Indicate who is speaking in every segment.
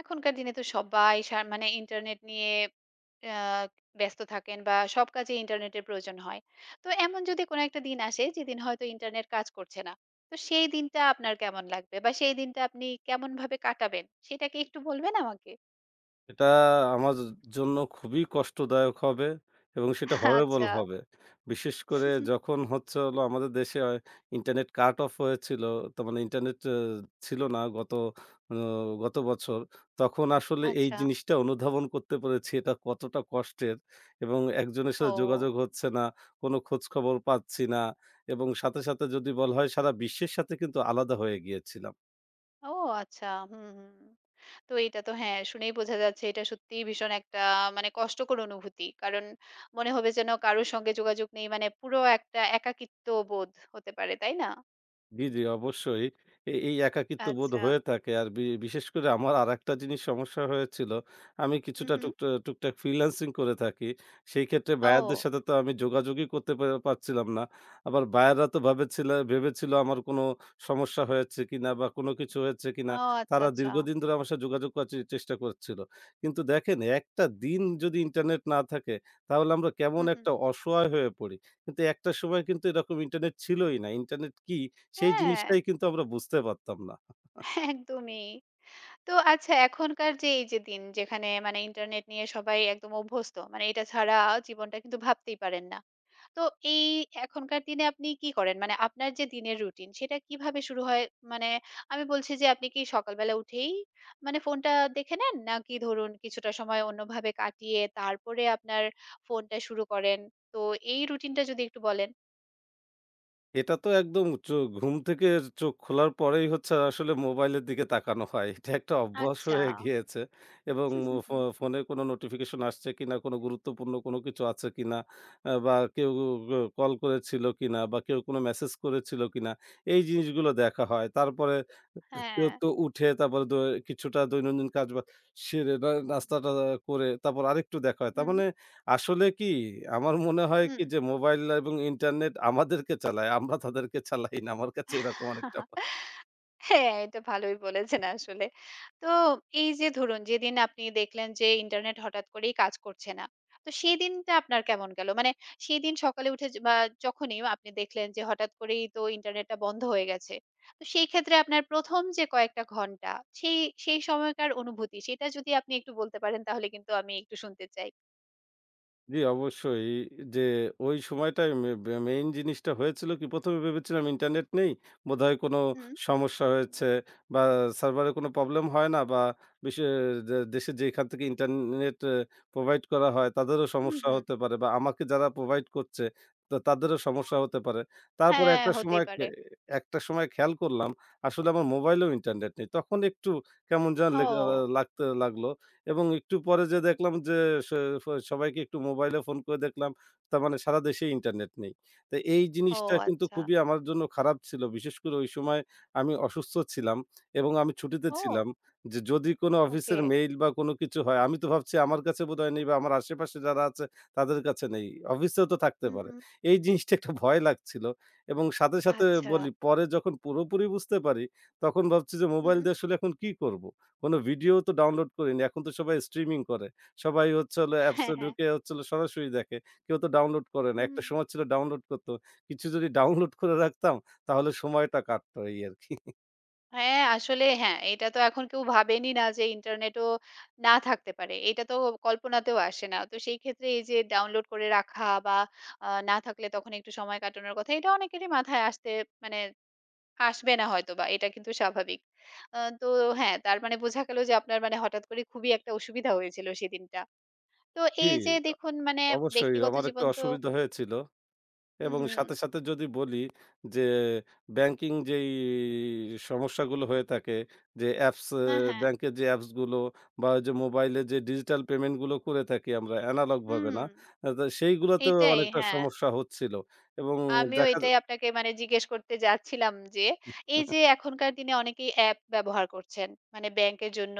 Speaker 1: এখনকার দিনে তো সবাই সা মানে ইন্টারনেট নিয়ে আ ব্যস্ত থাকেন বা সব কাজে ইন্টারনেটের প্রয়োজন হয়। তো এমন যদি কোনো একটা দিন আসে যেদিন হয়তো ইন্টারনেট কাজ করছে না। তো সেই দিনটা আপনার কেমন লাগবে? বা সেই দিনটা আপনি কেমনভাবে কাটাবেন? সেটা কি একটু বলবেন আমাকে?
Speaker 2: এটা আমার জন্য খুবই কষ্টদায়ক হবে এবং সেটা হরেবল
Speaker 1: আচ্ছা,
Speaker 2: হবে। বিশেষ করে যখন হচ্ছে হলো আমাদের দেশে ইন্টারনেট কাট অফ হয়েছিল। তার মানে ইন্টারনেট ছিল না গত অ গত বছর। তখন আসলে এই
Speaker 1: আচ্ছা।
Speaker 2: জিনিসটা অনুধাবন করতে পেরেছি এটা কতটা কষ্টের, এবং একজনের সাথে
Speaker 1: ও,
Speaker 2: যোগাযোগ হচ্ছে না, কোনো খোঁজখবর পাচ্ছি না এবং সাথে, সাথে যদি বলা হয় সারা বিশ্বের সাথে কিন্তু আলাদা হয়ে গিয়েছিলাম।
Speaker 1: ও আচ্ছা। হুম, হুম। তো এটা তো হ্যাঁ, শুনেই বোঝা যাচ্ছে এটা সত্যিই ভীষণ একটা মানে কষ্টকর অনুভূতি। কারণ মনে হবে যেন কারো সঙ্গে যোগাযোগ নেই মানে পুরো একটা একাকিত্ব বোধ হতে পারে, তাই না?
Speaker 2: জি, জি, অবশ্যই। এই একাকিত্ববোধ
Speaker 1: আচ্ছা।
Speaker 2: হয়ে থাকে। আর বিশেষ করে আমার আরেকটা জিনিস সমস্যা হয়েছিল। আমি
Speaker 1: হু,
Speaker 2: কিছুটা
Speaker 1: হু।
Speaker 2: টুকটাক ফ্রিল্যান্সিং করে থাকি। সেই ক্ষেত্রে বায়ারদের
Speaker 1: ও,
Speaker 2: সাথে তো আমি যোগাযোগই করতে পারছিলাম না। আবার বায়াররা তো ভেবেছিল আমার কোনো সমস্যা হয়েছে কিনা বা কোনো কিছু হয়েছে কিনা।
Speaker 1: ও আচ্ছা,
Speaker 2: তারা
Speaker 1: আচ্ছা।
Speaker 2: দীর্ঘদিন ধরে আমার সাথে যোগাযোগ করার চেষ্টা করছিল। কিন্তু দেখেন, একটা দিন যদি ইন্টারনেট না থাকে, তাহলে আমরা
Speaker 1: হু,
Speaker 2: কেমন
Speaker 1: হু।
Speaker 2: একটা অসহায় হয়ে পড়ি। কিন্তু একটা সময় কিন্তু এরকম ইন্টারনেট ছিলই না। ইন্টারনেট কি সেই
Speaker 1: হ্যাঁ,
Speaker 2: জিনিসটাই কিন্তু আমরা বুঝতে পারতাম না।
Speaker 1: একদমই। তো আচ্ছা এখনকার যে এই যে দিন যেখানে মানে ইন্টারনেট নিয়ে সবাই একদম অভ্যস্ত। মানে এটা ছাড়া জীবনটা কিন্তু ভাবতেই পারেন না। তো এই এখনকার দিনে আপনি কি করেন? মানে আপনার যে দিনের রুটিন সেটা কিভাবে শুরু হয়? মানে আমি বলছি যে আপনি কি সকালবেলা উঠেই মানে ফোনটা দেখে নেন? নাকি ধরুন কিছুটা সময় অন্যভাবে কাটিয়ে তারপরে আপনার ফোনটা শুরু করেন? তো এই রুটিনটা যদি একটু বলেন।
Speaker 2: এটা তো একদম ঘুম থেকে চোখ খোলার পরেই হচ্ছে আসলে মোবাইলের দিকে তাকানো হয়। এটা একটা অভ্যাস
Speaker 1: আচ্ছা।
Speaker 2: হয়ে গিয়েছে এবং ফ ফোনে কোনো নোটিফিকেশন আসছে কিনা, কোনো গুরুত্বপূর্ণ কোনো কিছু আছে কিনা, বা কেউ কল করেছিল কিনা বা কেউ কোনো মেসেজ করেছিল কিনা এই জিনিসগুলো দেখা হয়। তারপরে তো
Speaker 1: হ্যাঁ।
Speaker 2: তো উঠে তারপরে কিছুটা দৈনন্দিন কাজ বা সেরে না নাস্তাটা করে তারপর আরেকটু দেখা হয়। তার
Speaker 1: হুম,
Speaker 2: মানে আসলে কি আমার মনে হয়
Speaker 1: হুম।
Speaker 2: কি যে মোবাইল এবং ইন্টারনেট আমাদেরকে চালায়। আমরা তাদেরকে চালাই না। আমার কাছে এরকম অনেকটা।
Speaker 1: হ্যাঁ, এটা ভালোই বলেছেন আসলে। তো এই যে ধরুন যেদিন আপনি দেখলেন যে ইন্টারনেট হঠাৎ করেই কাজ করছে না। তো সেদিনটা আপনার কেমন গেল? মানে সেদিন সকালে উঠে বা যখনই আপনি দেখলেন যে হঠাৎ করেই তো ইন্টারনেটটা বন্ধ হয়ে গেছে। তো সেই ক্ষেত্রে আপনার ১ম যে কয়েকটা ঘন্টা সেই সেই সময়কার অনুভূতি সেটা যদি আপনি একটু বলতে পারেন তাহলে কিন্তু আমি একটু শুনতে চাই।
Speaker 2: জি, অবশ্যই। যে ওই সময়টায় মে বে মেইন জিনিসটা হয়েছিল কি ১ম ভেবেছিলাম ইন্টারনেট নেই। বোধহয় কোনো
Speaker 1: হুম,
Speaker 2: সমস্যা হয়েছে বা সার্ভারে কোনো প্রবলেম হয় না বা বিশে দে দেশে যেখান থেকে ইন্টারনেট প্রোভাইড করা হয় তাদেরও
Speaker 1: হুম,
Speaker 2: সমস্যা
Speaker 1: হুম।
Speaker 2: হতে পারে বা আমাকে যারা প্রোভাইড করছে তো তাদেরও সমস্যা হতে পারে। তারপরে
Speaker 1: হ্যাঁ, হতেই পারে।
Speaker 2: একটা সময় খেয়াল করলাম আসলে আমার মোবাইলেও ইন্টারনেট নেই। তখন একটু কেমন যেন লেগ আ
Speaker 1: ও।
Speaker 2: লাগতে লাগলো। এবং একটু পরে যেয়ে দেখলাম যে স ফ সবাইকে একটু মোবাইলে ফোন করে দেখলাম, তার মানে সারা দেশেই ইন্টারনেট নেই। তো এই
Speaker 1: ও
Speaker 2: জিনিসটা কিন্তু
Speaker 1: আচ্ছা।
Speaker 2: খুবই আমার জন্য খারাপ ছিল। বিশেষ করে ওই সময় আমি অসুস্থ ছিলাম এবং আমি ছুটিতে
Speaker 1: ও
Speaker 2: ছিলাম। যে যদি কোনো
Speaker 1: ওকে।
Speaker 2: অফিসের মেইল বা কোনো কিছু হয়, আমি তো ভাবছি আমার কাছে বোধহয় নেই বা আমার আশেপাশে যারা আছে তাদের কাছে নেই। অফিসেও তো থাকতে
Speaker 1: হুম,
Speaker 2: পারে।
Speaker 1: হুম।
Speaker 2: এই জিনিসটা একটা ভয় লাগছিল এবং সাথে, সাথে
Speaker 1: আচ্ছা।
Speaker 2: বলি পরে যখন পুরোপুরি বুঝতে পারি, তখন ভাবছি যে মোবাইল
Speaker 1: হুম।
Speaker 2: দিয়ে আসলে এখন কি করব? কোনো ভিডিও তো ডাউনলোড করিনি। এখন তো সবাই স্ট্রিমিং করে। সবাই হচ্ছে হলো অ্যাপসে
Speaker 1: হ্যাঁ, হ্যাঁ।
Speaker 2: ঢুকে হচ্ছে হলো সরাসরি দেখে। কেউ তো ডাউনলোড করে না। একটা
Speaker 1: হুম।
Speaker 2: সময় ছিল ডাউনলোড করত। কিছু যদি ডাউনলোড করে রাখতাম তাহলে সময়টা কাটতো এই আরকি।
Speaker 1: হ্যাঁ, আসলে হ্যাঁ, এটা তো এখন কেউ ভাবেনি না যে ইন্টারনেটও না থাকতে পারে। এটা তো কল্পনাতেও আসে না। তো সেই ক্ষেত্রে এই যে ডাউনলোড করে রাখা বা না থাকলে তখন একটু সময় কাটানোর কথা এটা অনেকেরই মাথায় আসতে মানে আসবে না হয়তোবা। এটা কিন্তু স্বাভাবিক। তো হ্যাঁ, তার মানে বোঝা গেল যে আপনার মানে হঠাৎ করে খুবই একটা অসুবিধা হয়েছিল সেদিনটা। তো
Speaker 2: জি,
Speaker 1: এই যে দেখুন মানে
Speaker 2: অবশ্যই
Speaker 1: ব্যক্তিগত
Speaker 2: আমার একটু
Speaker 1: জীবন তো
Speaker 2: অসুবিধা হয়েছিল।
Speaker 1: হুম,
Speaker 2: এবং
Speaker 1: হুম।
Speaker 2: সাথে, সাথে যদি বলি যে ব্যাংকিং যেই সমস্যাগুলো হয়ে থাকে, যে অ্যাপস
Speaker 1: না, হ্যাঁ।
Speaker 2: ব্যাংকের যে অ্যাপসগুলো বা ওই যে মোবাইলে যে ডিজিটাল পেমেন্টগুলো করে থাকি আমরা এনালগভাবে
Speaker 1: হুম,
Speaker 2: না। তো সেইগুলোতেও
Speaker 1: এইটাই
Speaker 2: অনেকটা
Speaker 1: হ্যাঁ।
Speaker 2: সমস্যা হচ্ছিল এবং
Speaker 1: আমিও
Speaker 2: দেখা
Speaker 1: এটাই আপনাকে মানে জিজ্ঞেস করতে যাচ্ছিলাম যে, এই যে এখনকার দিনে অনেকেই অ্যাপ ব্যবহার করছেন। মানে ব্যাংকের জন্য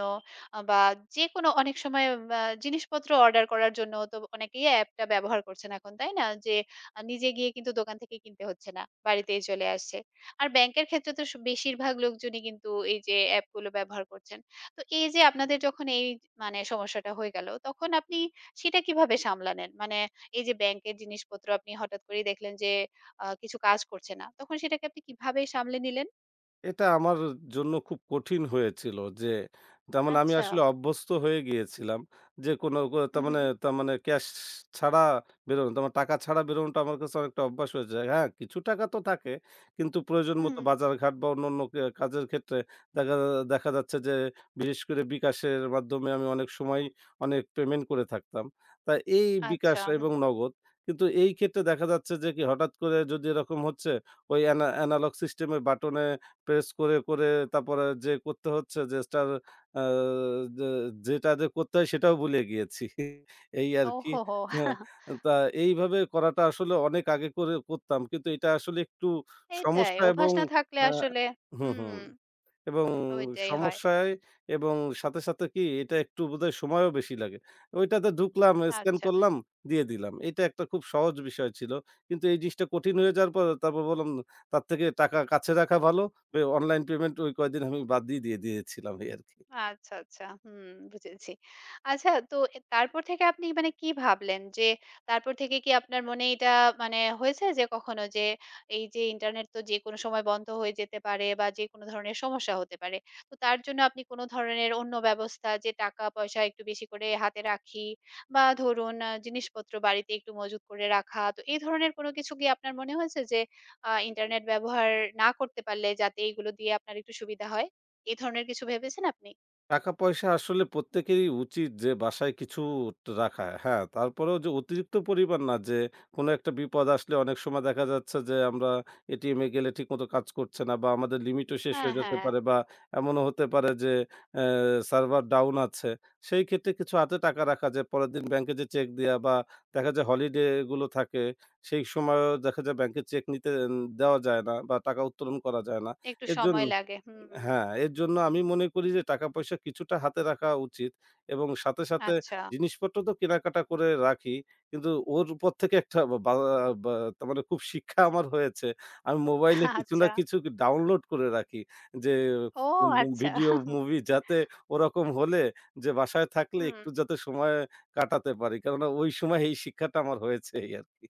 Speaker 1: বা যেকোনো অনেক সময় বা জিনিসপত্র অর্ডার করার জন্য তো অনেকেই অ্যাপটা ব্যবহার করছেন এখন, তাই না? যে নিজে গিয়ে কিন্তু দোকান থেকে কিনতে হচ্ছে না। বাড়িতেই চলে আসছে। আর ব্যাংকের ক্ষেত্রে তো বেশিরভাগ লোকজনই কিন্তু এই যে অ্যাপগুলো ব্যবহার করছেন। তো এই যে আপনাদের যখন এই মানে সমস্যাটা হয়ে গেল, তখন আপনি সেটা কিভাবে সামলালেন? মানে এই যে ব্যাংকের জিনিসপত্র আপনি হঠাৎ করেই দেখলেন যে কিছু কাজ করছে না। তখন সেটাকে আপনি কিভাবে সামলে নিলেন?
Speaker 2: এটা আমার জন্য খুব কঠিন হয়েছিল যে, তার মানে আমি
Speaker 1: আচ্ছা।
Speaker 2: আসলে অভ্যস্ত হয়ে গিয়েছিলাম যে কোনো
Speaker 1: হুম,
Speaker 2: তার মানে
Speaker 1: হুম,
Speaker 2: তার মানে ক্যাশ ছাড়া বেরোনো, তার মানে টাকা ছাড়া বেরোনোটা আমার কাছে অনেকটা অভ্যাস হয়ে যায়। হ্যাঁ, কিছু টাকা তো থাকে কিন্তু প্রয়োজন
Speaker 1: হুম।
Speaker 2: মতো বাজারঘাট বা অন্যান্য কাজের ক্ষেত্রে দেখা দেখা যাচ্ছে যে বিশেষ করে বিকাশের মাধ্যমে আমি অনেক সময় অনেক পেমেন্ট করে থাকতাম। তা এই বিকাশ
Speaker 1: আচ্ছা, হুম।
Speaker 2: এবং নগদ কিন্তু এই ক্ষেত্রে দেখা যাচ্ছে যে কি হঠাৎ করে যদি এরকম হচ্ছে ওই অ্যানালগ সিস্টেমের বাটনে প্রেস করে তারপরে যে করতে হচ্ছে যে স্টার আ যে যেটা করতে হয় সেটাও ভুলে গিয়েছি। এই আরকি।
Speaker 1: ওহহো!
Speaker 2: হ্যাঁ, তা এইভাবে করাটা আসলে অনেক আগে করতাম। কিন্তু এটা আসলে একটু
Speaker 1: এটাই
Speaker 2: সমস্যা এবং
Speaker 1: অভ্যাস না থাকলে
Speaker 2: আ
Speaker 1: আসলে
Speaker 2: হুম,
Speaker 1: হুম,
Speaker 2: হুম। এবং
Speaker 1: ওইটাই হয়।
Speaker 2: সমস্যায় এবং সাথে, সাথে কি এটা একটু বোধহয় সময়ও বেশি লাগে। ওইটাতে ঢুকলাম, স্ক্যান
Speaker 1: আচ্ছা। হুম।
Speaker 2: করলাম, দিয়ে দিলাম। এটা একটা খুব সহজ বিষয় ছিল। কিন্তু এই জিনিসটা কঠিন হয়ে যাওয়ার পর তারপর বললাম তার থেকে টাকা কাছে রাখা ভালো। অনলাইন পেমেন্ট ওই কয়দিন আমি বাদ দিয়ে দিয়েছিলাম এই আরকি।
Speaker 1: আচ্ছা, আচ্ছা। হুম, বুঝেছি। আচ্ছা তো তারপর থেকে আপনি মানে কি ভাবলেন? যে তারপর থেকে কি আপনার মনে এটা মানে হয়েছে যে কখনো যে এই যে ইন্টারনেট তো যেকোনো সময় বন্ধ হয়ে যেতে পারে বা যেকোনো ধরনের সমস্যা হতে পারে। তো তার জন্য আপনি কোনো ধরনের অন্য ব্যবস্থা যে টাকা-পয়সা একটু বেশি করে হাতে রাখি বা ধরুন জিনিসপত্র বাড়িতে একটু মজুত করে রাখা। তো এই ধরনের কোনো কিছু কি আপনার মনে হয়েছে যে ইন্টারনেট ব্যবহার না করতে পারলে যাতে এইগুলো দিয়ে আপনার একটু সুবিধা হয়? এই ধরনের কিছু ভেবেছেন আপনি?
Speaker 2: টাকা-পয়সা আসলে প্রত্যেকেরই উচিত যে বাসায় কিছু রাখা। হ্যাঁ, তারপরেও যে অতিরিক্ত পরিমাণ না যে, কোনো একটা বিপদ আসলে অনেক সময় দেখা যাচ্ছে যে আমরা এটিএমে গেলে ঠিকমতো কাজ করছে না বা আমাদের লিমিটও শেষ
Speaker 1: হ্যাঁ,
Speaker 2: হয়ে যেতে
Speaker 1: হ্যাঁ,
Speaker 2: পারে বা এমনও হতে পারে যে অ্যা সার্ভার ডাউন আছে। সেই ক্ষেত্রে কিছু হাতে টাকা রাখা যায়। পরের দিন ব্যাংকে যে চেক দেয়া বা দেখা যায় হলিডে গুলো থাকে সেই সময়ও দেখা যায় ব্যাংকে চেক নিতে দেওয়া যায় না বা টাকা উত্তোলন করা যায় না।
Speaker 1: একটু
Speaker 2: এর জন্য
Speaker 1: সময় লাগে। হুম,
Speaker 2: হ্যাঁ, এর জন্য আমি মনে করি যে টাকা-পয়সা কিছুটা হাতে রাখা উচিত এবং সাথে, সাথে
Speaker 1: আচ্ছা,
Speaker 2: জিনিসপত্র তো কেনাকাটা করে রাখি। কিন্তু ওর উপর থেকে একটা বা বা বা তার মানে খুব শিক্ষা আমার হয়েছে। আমি মোবাইলে কিছু না
Speaker 1: আচ্ছা।
Speaker 2: কিছু ডাউনলোড করে রাখি। যে
Speaker 1: ও
Speaker 2: উম উম
Speaker 1: আচ্ছা।
Speaker 2: ভিডিও, মুভি, যাতে ওরকম হলে যে বাসায় থাকলে
Speaker 1: হুম,
Speaker 2: একটু যাতে সময় কাটাতে পারি। কেননা ওই সময় এই শিক্ষাটা আমার হয়েছে এই আরকি।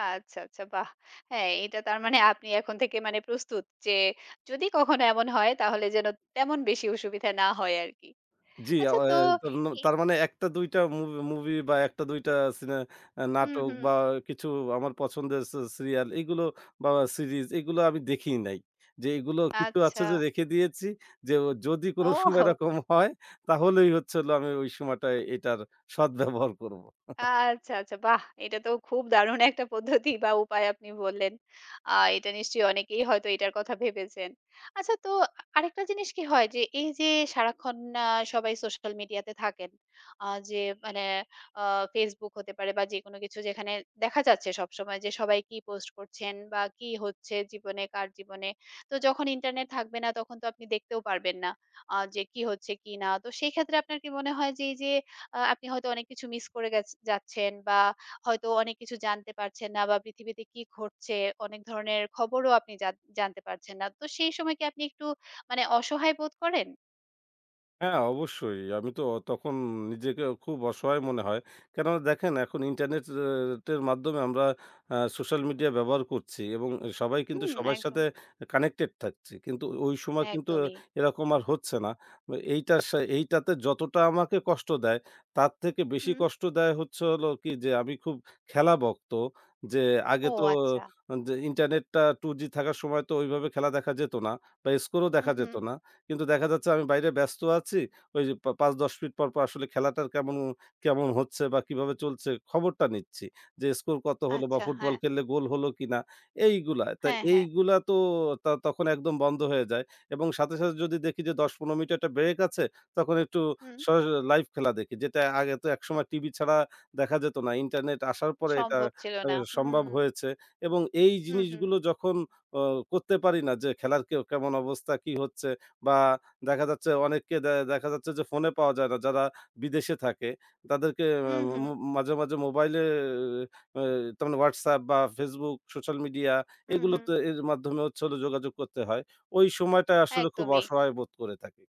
Speaker 1: আচ্ছা, আচ্ছা, বাহ! হ্যাঁ, এটা তার মানে আপনি এখন থেকে মানে প্রস্তুত যে যদি কখনো এমন হয় তাহলে যেন তেমন বেশি অসুবিধা না হয় আরকি।
Speaker 2: জি, আ
Speaker 1: আচ্ছা তো
Speaker 2: এ
Speaker 1: ই
Speaker 2: তার মানে ১ টা ২ টা মুভি বা ১ টা ২ টা সিনে আ
Speaker 1: হুম,
Speaker 2: নাটক
Speaker 1: হুম,
Speaker 2: বা কিছু আমার পছন্দের সিরিয়াল এগুলো বা সিরিজ এগুলো আমি দেখিই নাই। যে এগুলো কিছু আছে
Speaker 1: আচ্ছা।
Speaker 2: যে রেখে দিয়েছি, যে যদি কোন সময়
Speaker 1: ও!
Speaker 2: এরকম হয় তাহলেই হচ্ছে হলো আমি ওই সময়টায় এটার সদ্ব্যবহার করব।
Speaker 1: আচ্ছা, আচ্ছা। বাহ! এটা তো খুব দারুণ একটা পদ্ধতি বা উপায় আপনি বললেন। এটা নিশ্চয়ই অনেকেই হয়তো এটার কথা ভেবেছেন। আচ্ছা তো আরেকটা জিনিস কি হয় যে এই যে সারাক্ষণ আ সবাই সোশ্যাল মিডিয়াতে থাকেন। যে মানে আ Facebook হতে পারে বা যেকোনো কিছু যেখানে দেখা যাচ্ছে সবসময় যে সবাই কি পোস্ট করছেন বা কি হচ্ছে জীবনে, কার জীবনে। তো যখন ইন্টারনেট থাকবে না তখন তো আপনি দেখতেও পারবেন না। যে কি হচ্ছে কি না। তো সেই ক্ষেত্রে আপনার কি মনে হয় যে এই যে আপনি হয়তো অনেক কিছু মিস করে যাচ্ছেন বা হয়তো অনেক কিছু জানতে পারছেন না বা পৃথিবীতে কি ঘটছে অনেক ধরনের খবরও আপনি জানতে পারছেন না। তো সেই সময় কি আপনি একটু মানে অসহায় বোধ করেন?
Speaker 2: হ্যাঁ, অবশ্যই। আমি তো তখন নিজেকে খুব অসহায় মনে হয়। কেননা দেখেন এখন ইন্টারনেট টের মাধ্যমে আমরা সোশ্যাল মিডিয়া ব্যবহার করছি এবং সবাই কিন্তু
Speaker 1: হুম,
Speaker 2: সবার
Speaker 1: একদম,
Speaker 2: সাথে কানেক্টেড থাকছি। কিন্তু ওই সময় কিন্তু
Speaker 1: একদমই।
Speaker 2: এরকম আর হচ্ছে না। এইটার সা এইটাতে যতটা আমাকে কষ্ট দেয়, তার থেকে বেশি
Speaker 1: হুম।
Speaker 2: কষ্ট দেয় হচ্ছে হলো কি যে আমি খুব খেলাভক্ত। যে আগে
Speaker 1: ও
Speaker 2: তো
Speaker 1: আচ্ছা।
Speaker 2: যে ইন্টারনেটটা 2G থাকার সময় তো ওইভাবে খেলা দেখা যেত না বা স্কোরও
Speaker 1: হু,
Speaker 2: দেখা
Speaker 1: হু।
Speaker 2: যেত না। কিন্তু দেখা যাচ্ছে আমি বাইরে ব্যস্ত আছি। ওই যে ৫-১০ মিনিট পর, পর আসলে খেলাটার কেমন কেমন হচ্ছে বা কিভাবে চলছে খবরটা নিচ্ছি। যে স্কোর কত হলো বা
Speaker 1: আচ্ছা, হ্যাঁ।
Speaker 2: ফুটবল খেললে গোল হলো কিনা এইগুলা। তা
Speaker 1: হ্যাঁ, হ্যাঁ।
Speaker 2: এইগুলা তো তখন একদম বন্ধ হয়ে যায় এবং সাথে, সাথে যদি দেখি যে ১০-১৫ মিনিট একটা ব্রেক আছে তখন একটু
Speaker 1: হুম।
Speaker 2: সর লাইভ খেলা দেখি। যেটা আগে তো একসময় টিভি ছাড়া দেখা যেত না। ইন্টারনেট আসার পরে এটা
Speaker 1: সম্ভব ছিল
Speaker 2: আ
Speaker 1: না। হুম।
Speaker 2: সম্ভব হয়েছে এবং এই
Speaker 1: হু, হু।
Speaker 2: জিনিসগুলো যখন অ করতে পারি না যে খেলার কেমন অবস্থা, কি হচ্ছে বা দেখা যাচ্ছে অনেককে দেখা যাচ্ছে যে ফোনে পাওয়া যায় না যারা বিদেশে থাকে। তাদেরকে আ
Speaker 1: হু, হু।
Speaker 2: মো মাঝে, মাঝে মোবাইলে আ তার মানে WhatsApp বা Facebook সোশ্যাল মিডিয়া
Speaker 1: হু, হু।
Speaker 2: এগুলোতে এর মাধ্যমে হচ্ছে হলো যোগাযোগ করতে হয়। ওই সময়টায় আসলে খুব
Speaker 1: একদমই।
Speaker 2: অসহায় বোধ করে থাকি।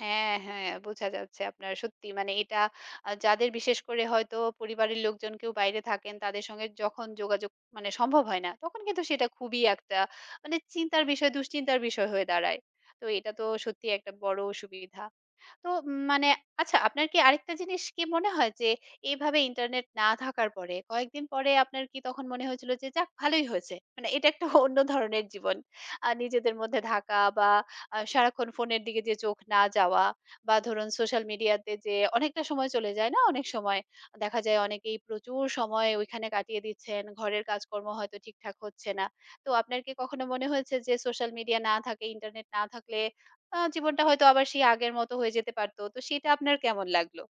Speaker 1: হ্যাঁ, হ্যাঁ, বোঝা যাচ্ছে আপনার সত্যি মানে এটা যাদের বিশেষ করে হয়তো পরিবারের লোকজন কেউ বাইরে থাকেন তাদের সঙ্গে যখন যোগাযোগ মানে সম্ভব হয় না, তখন কিন্তু সেটা খুবই একটা মানে চিন্তার বিষয়, দুশ্চিন্তার বিষয় হয়ে দাঁড়ায়। তো এটা তো সত্যিই একটা বড় সুবিধা। তো মানে আচ্ছা আপনার কি আরেকটা জিনিস কি মনে হয় যে এভাবে ইন্টারনেট না থাকার পরে কয়েকদিন পরে আপনার কি তখন মনে হয়েছিল যে যাক ভালোই হয়েছে মানে এটা একটা অন্য ধরনের জীবন আর নিজেদের মধ্যে থাকা বা সারাক্ষণ ফোনের দিকে যে চোখ না যাওয়া বা ধরুন সোশ্যাল মিডিয়াতে যে অনেকটা সময় চলে যায় না অনেক সময় দেখা যায় অনেকেই প্রচুর সময় ওইখানে কাটিয়ে দিচ্ছেন ঘরের কাজকর্ম হয়তো ঠিকঠাক হচ্ছে না তো আপনার কি কখনো মনে হয়েছে যে সোশ্যাল মিডিয়া না থাকে ইন্টারনেট না থাকলে জীবনটা হয়তো আবার সেই আগের মতো হয়ে যেতে পারতো। তো সেটা আপনার কেমন লাগলো?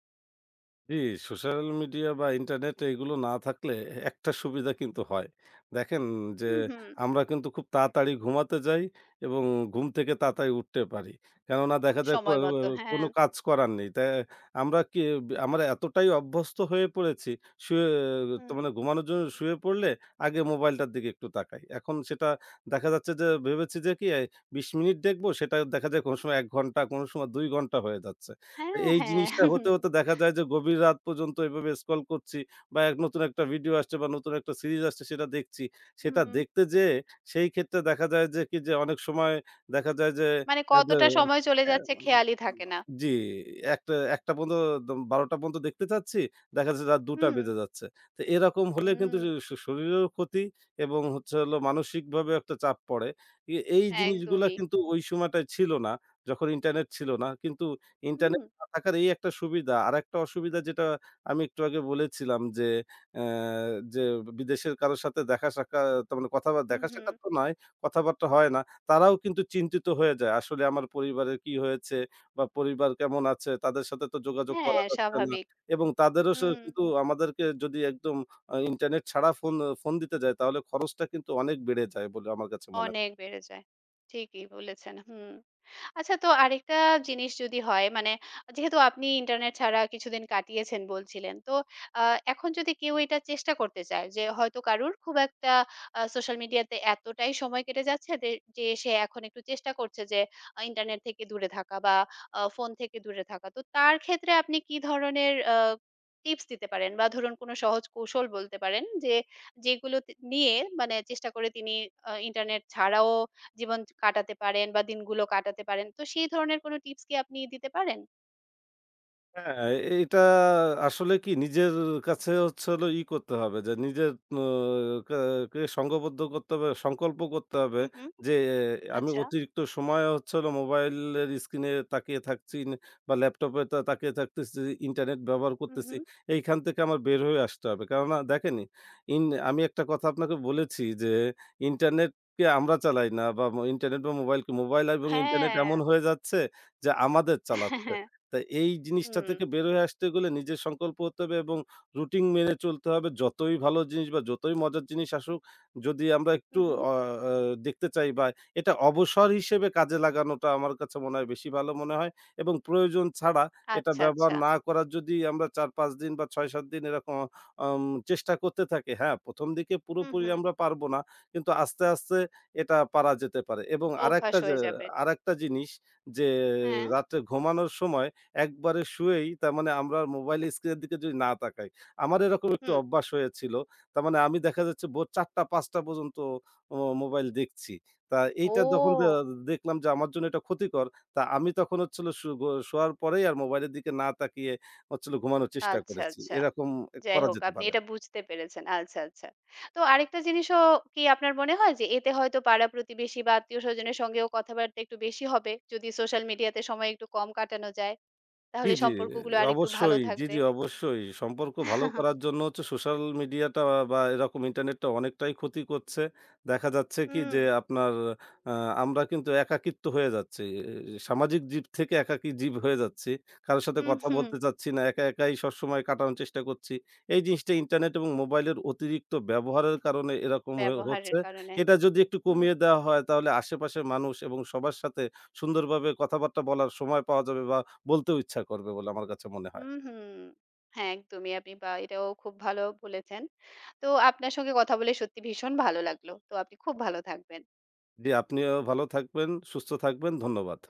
Speaker 2: জি, সোশ্যাল মিডিয়া বা ইন্টারনেট এগুলো না থাকলে একটা সুবিধা কিন্তু হয়। দেখেন যে
Speaker 1: হুম, হুম।
Speaker 2: আমরা কিন্তু খুব তাড়াতাড়ি ঘুমাতে যাই এবং ঘুম থেকে তাড়াতাড়ি উঠতে পারি। কেননা দেখা যায়
Speaker 1: সময় মতো, হ্যাঁ।
Speaker 2: কোনো কাজ করার নেই। তাই আমরা কি আমরা এতটাই অভ্যস্ত হয়ে পড়েছি শুয়ে তো
Speaker 1: হুম।
Speaker 2: মানে ঘুমানোর জন্য শুয়ে পড়লে আগে মোবাইলটার দিকে একটু তাকাই। এখন সেটা দেখা যাচ্ছে যে ভেবেছি যে কি ২০ মিনিট দেখবো, সেটা দেখা যায় কোনো সময় ১ ঘন্টা, কোনো সময় ২ ঘন্টা হয়ে যাচ্ছে।
Speaker 1: হ্যাঁ,
Speaker 2: এই
Speaker 1: হ্যাঁ।
Speaker 2: জিনিসটা
Speaker 1: হুম।
Speaker 2: হতে, হতে দেখা যায় যে গভীর রাত পর্যন্ত এভাবে স্ক্রল করছি বা এক নতুন একটা ভিডিও আসছে বা নতুন একটা সিরিজ আসছে সেটা দেখছি। সেটা
Speaker 1: হুম,
Speaker 2: দেখতে যেয়ে সেই ক্ষেত্রে দেখা যায় যে কি যে অনেক সময় দেখা যায় যে
Speaker 1: মানে
Speaker 2: এ যে
Speaker 1: কতটা সময় চলে
Speaker 2: এ
Speaker 1: যাচ্ছে খেয়ালই থাকে না।
Speaker 2: জি, ১টা পর্যন্ত ১২টা পর্যন্ত দেখতে চাচ্ছি। দেখা যাচ্ছে রাত ২টা
Speaker 1: হুম,
Speaker 2: বেজে যাচ্ছে। তো এরকম হলে কিন্তু
Speaker 1: হুম।
Speaker 2: শরীরেরও ক্ষতি এবং হচ্ছে হলো মানসিকভাবে একটা চাপ পড়ে। এই জিনিসগুলা
Speaker 1: একদমই।
Speaker 2: কিন্তু ওই সময়টায় ছিল না যখন ইন্টারনেট ছিল না। কিন্তু
Speaker 1: হুম,
Speaker 2: ইন্টারনেট থাকার এই একটা সুবিধা। আরেকটা অসুবিধা যেটা আমি একটু আগে বলেছিলাম যে, অ্যা যে বিদেশের কারো সাথে দেখা সাক্ষাৎ তার মানে কথা
Speaker 1: হুম,
Speaker 2: দেখা
Speaker 1: হুম।
Speaker 2: সাক্ষাৎ তো নয়, কথাবার্তা হয় না। তারাও কিন্তু চিন্তিত হয়ে যায়। আসলে আমার পরিবারের কি হয়েছে বা পরিবার কেমন আছে তাদের সাথে তো যোগাযোগ করা
Speaker 1: হ্যাঁ,
Speaker 2: যাচ্ছে না।
Speaker 1: স্বাভাবিক।
Speaker 2: এবং তাদেরও
Speaker 1: হুম,
Speaker 2: কিন্তু আমাদেরকে যদি একদম ইন্টারনেট ছাড়া ফোন ফোন দিতে যায় তাহলে খরচটা কিন্তু অনেক বেড়ে যায় বলে আমার কাছে মনে হয়।
Speaker 1: অনেক বেড়ে যায়। ঠিকই বলেছেন। হুম। আচ্ছা তো আরেকটা জিনিস যদি হয় মানে যেহেতু আপনি ইন্টারনেট ছাড়া কিছুদিন কাটিয়েছেন বলছিলেন তো এখন যদি কেউ এটা চেষ্টা করতে চায় যে হয়তো কারুর খুব একটা সোশ্যাল মিডিয়াতে এতটাই সময় কেটে যাচ্ছে যে যে সে এখন একটু চেষ্টা করছে যে ইন্টারনেট থেকে দূরে থাকা বা ফোন থেকে দূরে থাকা তো তার ক্ষেত্রে আপনি কি ধরনের টিপস দিতে পারেন বা ধরুন কোনো সহজ কৌশল বলতে পারেন যে যেগুলো নিয়ে মানে চেষ্টা করে তিনি ইন্টারনেট ছাড়াও জীবন কাটাতে পারেন বা দিনগুলো কাটাতে পারেন। তো সেই ধরনের কোনো টিপস কি আপনি দিতে পারেন?
Speaker 2: হ্যাঁ, এটা আসলে কি নিজের কাছে হচ্ছে হলো করতে হবে যে নিজের অ কে কে সংঘবদ্ধ করতে হবে, সংকল্প করতে হবে,
Speaker 1: হুম, হুম।
Speaker 2: যে আহ, আমি
Speaker 1: আচ্ছা।
Speaker 2: অতিরিক্ত সময় হচ্ছে হলো মোবাইলের স্ক্রিনে তাকিয়ে বা ল্যাপটপে তাকিয়ে থাকতেছি, ইন্টারনেট ব্যবহার
Speaker 1: হুম,
Speaker 2: করতেছি।
Speaker 1: হুম।
Speaker 2: এইখান থেকে আমার বের হয়ে আসতে হবে। কেননা দেখেনই ইন আমি একটা কথা আপনাকে বলেছি যে ইন্টারনেটকে আমরা চালাই না বা ইন্টারনেট বা মোবাইলকে মোবাইল এবং ইন্টারনেট
Speaker 1: হ্যাঁ।
Speaker 2: এমন হয়ে যাচ্ছে যে আমাদের চালাচ্ছে। তা এই জিনিসটা
Speaker 1: হুম।
Speaker 2: থেকে বের হয়ে আসতে গেলে নিজের সংকল্প হতে হবে এবং রুটিন মেনে চলতে হবে। যতই ভালো জিনিস বা যতই মজার জিনিস আসুক, যদি আমরা
Speaker 1: হুম,
Speaker 2: একটু
Speaker 1: হুম।
Speaker 2: অ আ দেখতে চাই বা এটা অবসর হিসেবে কাজে লাগানোটা আমার কাছে মনে হয় বেশি ভালো মনে হয় এবং প্রয়োজন ছাড়া এটা
Speaker 1: আচ্ছা,
Speaker 2: ব্যবহার
Speaker 1: আচ্ছা।
Speaker 2: না করার যদি আমরা ৪-৫ দিন বা ৬-৭ দিন এরকম আম চেষ্টা করতে থাকি, হ্যাঁ, ১ম দিকে
Speaker 1: হুম,
Speaker 2: পুরোপুরি
Speaker 1: হুম।
Speaker 2: আমরা পারব না। কিন্তু আস্তে, আস্তে এটা পারা যেতে পারে এবং
Speaker 1: অভ্যাস হয়ে যাবে।
Speaker 2: আরেকটা জিনিস যে
Speaker 1: হ্যাঁ।
Speaker 2: রাত্রে ঘুমানোর সময় একবারে শুয়েই তার মানে আমরা মোবাইল স্ক্রিনের দিকে যদি না তাকাই, আমার এরকম একটু
Speaker 1: হুম।
Speaker 2: অভ্যাস হয়েছিল। তার মানে আমি দেখা যাচ্ছে ভোর ৪ঃ০০-৫ঃ০০ পর্যন্ত ও মোবাইল দেখছি। তা এইটা যখন
Speaker 1: ও!
Speaker 2: দেখলাম যে আমার জন্য এটা ক্ষতিকর, তা আমি তখন হচ্ছে হলো শু গো শোয়ার পরেই আর মোবাইলের দিকে না তাকিয়ে হচ্ছে হলো ঘুমানোর চেষ্টা
Speaker 1: আচ্ছা,
Speaker 2: করেছি।
Speaker 1: আচ্ছা।
Speaker 2: এরকম
Speaker 1: যাই
Speaker 2: করা
Speaker 1: হোক
Speaker 2: যেতে
Speaker 1: আপনি
Speaker 2: পারে।
Speaker 1: এটা বুঝতে পেরেছেন। আচ্ছা, আচ্ছা। তো আরেকটা জিনিসও কি আপনার মনে হয় যে এতে হয়তো পাড়া-প্রতিবেশী বা আত্মীয়স্বজনের সঙ্গেও কথাবার্তা একটু বেশি হবে? যদি সোশ্যাল মিডিয়াতে সময় একটু কম কাটানো যায়,
Speaker 2: জি,
Speaker 1: তাহলে
Speaker 2: জি।
Speaker 1: সম্পর্কগুলো আরেকটু ভালো
Speaker 2: অবশ্যই। জি,
Speaker 1: থাকবে।
Speaker 2: জি, অবশ্যই। সম্পর্ক ভালো করার জন্য হচ্ছে সোশ্যাল মিডিয়াটা বা এরকম ইন্টারনেটটা অনেকটাই ক্ষতি করছে। দেখা যাচ্ছে কি
Speaker 1: হুম,
Speaker 2: যে আপনার আ আমরা কিন্তু একাকিত্ব হয়ে যাচ্ছি। এ সামাজিক জীব থেকে একাকী জীব হয়ে যাচ্ছি। কারো সাথে
Speaker 1: হুম,
Speaker 2: কথা
Speaker 1: হুম।
Speaker 2: বলতে চাচ্ছি না। একা, একাই সবসময় কাটানোর চেষ্টা করছি। এই জিনিসটা ইন্টারনেট এবং মোবাইলের অতিরিক্ত ব্যবহারের কারণে এরকম হচ্ছে।
Speaker 1: ব্যবহারের কারণে।
Speaker 2: এটা যদি একটু
Speaker 1: হুম,
Speaker 2: কমিয়ে দেওয়া হয় তাহলে আশেপাশের মানুষ এবং সবার সাথে সুন্দরভাবে কথাবার্তা বলার সময় পাওয়া যাবে বা বলতেও ইচ্ছা করবে বলে আমার কাছে মনে হয়।
Speaker 1: হুম, হুম। হ্যাঁ, একদমই আপনি বা এটাও খুব ভালো বলেছেন। তো আপনার সঙ্গে কথা বলে সত্যি ভীষণ ভালো লাগলো। তো আপনি খুব ভালো থাকবেন।
Speaker 2: জি, আপনিও ভালো থাকবেন, সুস্থ থাকবেন। ধন্যবাদ।